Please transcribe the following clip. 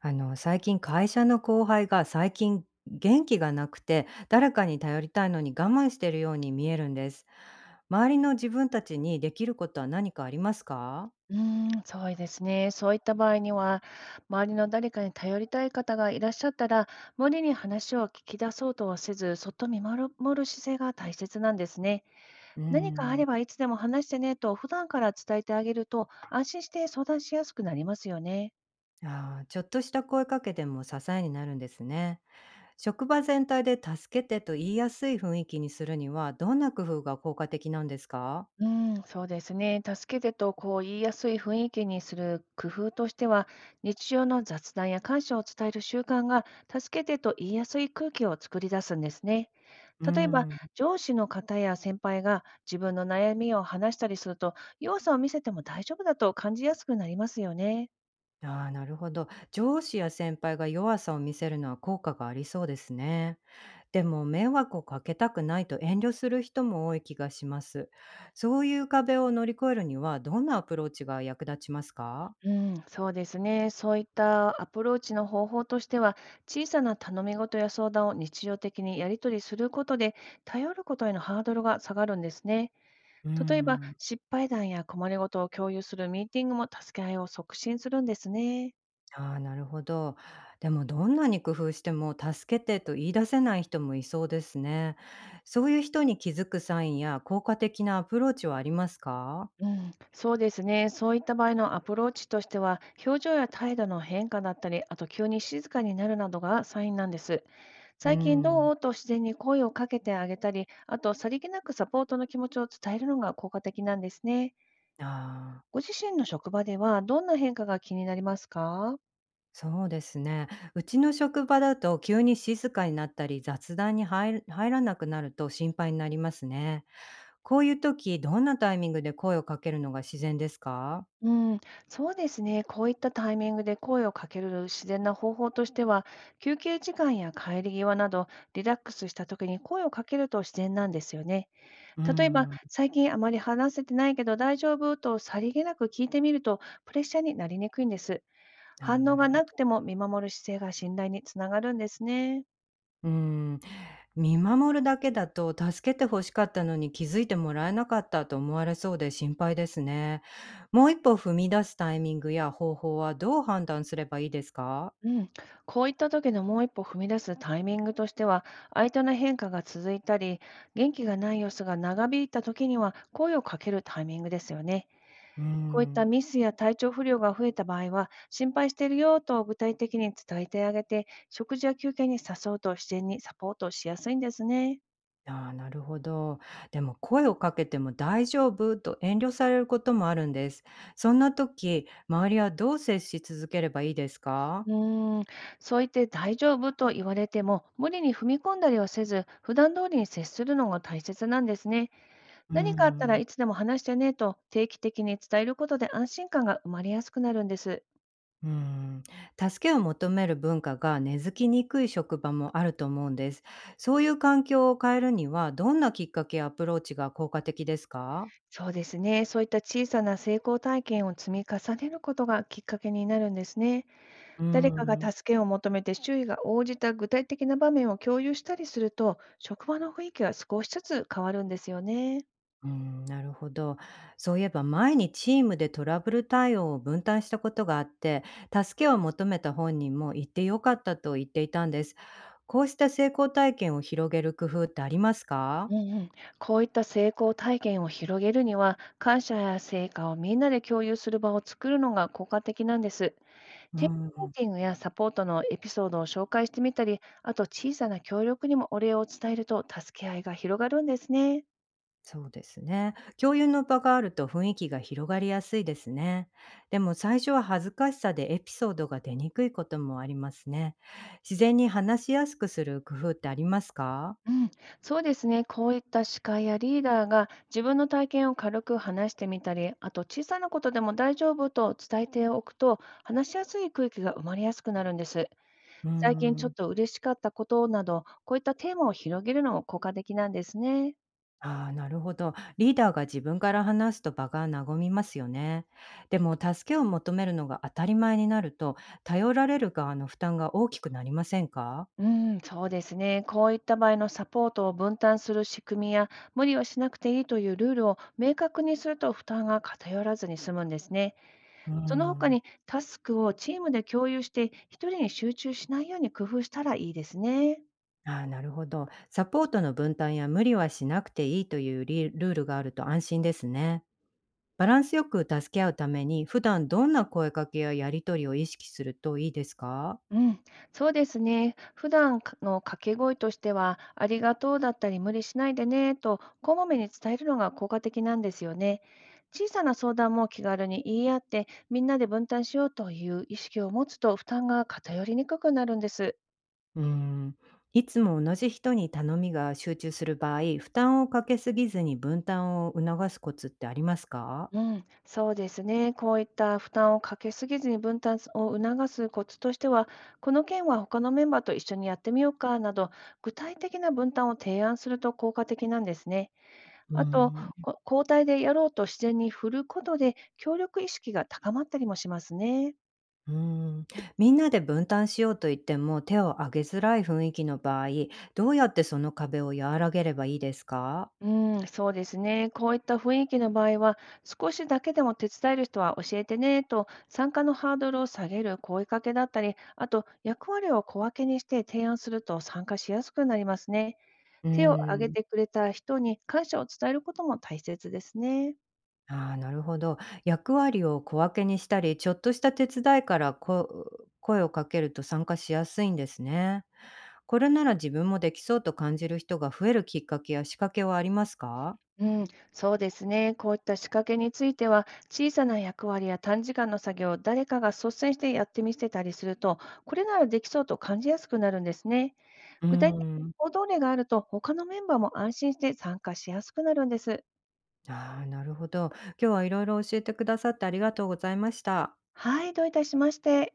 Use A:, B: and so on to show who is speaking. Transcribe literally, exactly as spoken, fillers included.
A: あの、最近会社の後輩が最近元気がなくて、誰かに頼りたいのに我慢しているように見えるんです。周りの自分たちにできることは何かありますか？
B: うーん、そうですね。そういった場合には、周りの誰かに頼りたい方がいらっしゃったら、無理に話を聞き出そうとはせず、そっと見守る守る姿勢が大切なんですね。
A: うー
B: 何かあ
A: ん。
B: ればいつでも話してねと、普段から伝えてあげると、安心して相談しやすくなりますよね。
A: ああ、ちょっとした声かけでも支えになるんですね。職場全体で助けてと言いやすい雰囲気にするには、どんな工夫が効果的なんですか？
B: うん、そうですね。助けてとこう言いやすい雰囲気にする工夫としては、日常の雑談や感謝を伝える習慣が、助けてと言いやすい空気を作り出すんですね。
A: うー
B: 例えば、
A: ん。
B: 上司の方や先輩が自分の悩みを話したりすると、弱さを見せても大丈夫だと感じやすくなりますよね。
A: ああ、なるほど。上司や先輩が弱さを見せるのは効果がありそうですね。でも迷惑をかけたくないと遠慮する人も多い気がします。そういう壁を乗り越えるにはどんなアプローチが役立ちますか？
B: うん、そうですね。そういったアプローチの方法としては、小さな頼み事や相談を日常的にやり取りすることで、頼ることへのハードルが下がるんですね。
A: うー
B: 例えば、
A: ん、
B: 失敗談や困りごとを共有するミーティングも助け合いを促進するんですね。
A: ああ、なるほど。でもどんなに工夫しても助けてと言い出せない人もいそうですね。そういう人に気づくサインや効果的なアプローチはありますか？
B: うん、そうですね。そういった場合のアプローチとしては、表情や態度の変化だったり、あと急に静かになるなどがサインなんです。
A: う
B: 最近ど
A: ん、
B: うと自然に声をかけてあげたり、あとさりげなくサポートの気持ちを伝えるのが効果的なんですね。
A: ああ、
B: ご自身の職場ではどんな変化が気になりますか？
A: そうですね。うちの職場だと急に静かになったり雑談に入る入らなくなると心配になりますね。こういう時、どんなタイミングで声をかけるのが自然ですか？
B: うん、そうですね。こういったタイミングで声をかける自然な方法としては、休憩時間や帰り際など、リラックスした時に声をかけると自然なんですよね。
A: うー
B: 例えば、
A: ん、
B: 最近あまり話せてないけど大丈夫とさりげなく聞いてみると、プレッシャーになりにくいんです。
A: あ、
B: 反応
A: なる
B: が
A: ほ
B: なく
A: ど。
B: ても見守る姿勢が信頼につながるんですね。
A: うーん、見守るだけだと助けて欲しかったのに気づいてもらえなかったと思われそうで心配ですね。もう一歩踏み出すタイミングや方法はどう判断すればいいですか？
B: うん、こういった時のもう一歩踏み出すタイミングとしては、相手の変化が続いたり、元気がない様子が長引いた時には、声をかけるタイミングですよね。
A: うー
B: こういった
A: ん、
B: ミスや体調不良が増えた場合は、心配しているよと具体的に伝えてあげて、食事や休憩に誘うと自然にサポートしやすいんですね。
A: ああ、なるほど。でも声をかけても大丈夫と遠慮されることもあるんです。そんな時、周りはどう接し続ければいいです
B: う
A: か？
B: ーん、そう言って大丈夫と言われても、無理に踏み込んだりはせず、普段通りに接するのが大切なんですね。
A: うー
B: 何かあったら
A: ん。
B: いつでも話してねと定期的に伝えることで安心感が生まれやすくなるんです。
A: うーん、助けを求める文化が根付きにくい職場もあると思うんです。そういう環境を変えるには、どんなきっかけやアプローチが効果的ですか？
B: そうですね。そういった小さな成功体験を積み重ねることがきっかけになるんですね。
A: うー
B: 誰かが
A: ん、
B: 助けを求めて周囲が応じた具体的な場面を共有したりすると、職場の雰囲気が少しずつ変わるんですよね。
A: うん、なるほど。そういえば前にチームでトラブル対応を分担したことがあって、助けを求めた本人も言ってよかったと言っていたんです。こうした成功体験を広げる工夫ってありますか？
B: うんうん、こういった成功体験を広げるには、感謝や成果をみんなで共有する場を作るのが効果的なんです。
A: う
B: テーマミ
A: ん、
B: ーティングやサポートのエピソードを紹介してみたり、あと小さな協力にもお礼を伝えると助け合いが広がるんですね。
A: そうですね。共有の場があると雰囲気が広がりやすいですね。でも最初は恥ずかしさでエピソードが出にくいこともありますね。自然に話しやすくする工夫ってありますか？
B: うん、そうですね。こういった司会やリーダーが自分の体験を軽く話してみたり、あと小さなことでも大丈夫と伝えておくと、話しやすい空気が生まれやすくなるんです。
A: うー
B: 最近ちょっ
A: ん。
B: と嬉しかったことなど、こういったテーマを広げるのも効果的なんですね。
A: ああ、なるほど。リーダーが自分から話すと場が和みますよね。でも助けを求めるのが当たり前になると、頼られる側の負担が大きくなりませんか？
B: うん、そうですね。こういった場合のサポートを分担する仕組みや、無理をしなくていいというルールを明確にすると負担が偏らずに済むんですね。
A: うー
B: その他
A: ん。
B: にタスクをチームで共有して、一人に集中しないように工夫したらいいですね。
A: ああ、なるほど。サポートの分担や無理はしなくていいというリルールがあると安心ですね。バランスよく助け合うために、普段どんな声かけややりとりを意識するといいですか？
B: うん、そうですね。普段かの掛け声としては、ありがとうだったり、無理しないでねと、こまめに伝えるのが効果的なんですよね。小さな相談も気軽に言い合って、みんなで分担しようという意識を持つと、負担が偏りにくくなるんです。
A: うーん。いつも同じ人に頼みが集中する場合、負担をかけすぎずに分担を促すコツってありますか？
B: うん、そうですね。こういった負担をかけすぎずに分担を促すコツとしては、この件は他のメンバーと一緒にやってみようかなど、具体的な分担を提案すると効果的なんですね。
A: うー
B: あと、
A: ん。
B: こ交代でやろうと自然に振ることで、協力意識が高まったりもしますね。
A: うーん。みんなで分担しようと言っても手を挙げづらい雰囲気の場合、どうやってその壁を和らげればいいですか？
B: うん、そうですね。こういった雰囲気の場合は、少しだけでも手伝える人は教えてねと、参加のハードルを下げる声かけだったり、あと役割を小分けにして提案すると参加しやすくなりますね。
A: うー
B: 手を挙げて
A: ん。
B: くれた人に感謝を伝えることも大切ですね。
A: ああ、なるほど。役割を小分けにしたり、ちょっとした手伝いからこ声をかけると参加しやすいんですね。これなら自分もできそうと感じる人が増えるきっかけや仕掛けはありますか？
B: うん、そうですね。こういった仕掛けについては、小さな役割や短時間の作業を誰かが率先してやってみせたりすると、これならできそうと感じやすくなるんですね。
A: うー
B: 具体的な
A: ん。
B: 行動例があると、他のメンバーも安心して参加しやすくなるんです。
A: ああ、なるほど。今日はいろいろ教えてくださってありがとうございました。
B: はい、どういたしまして。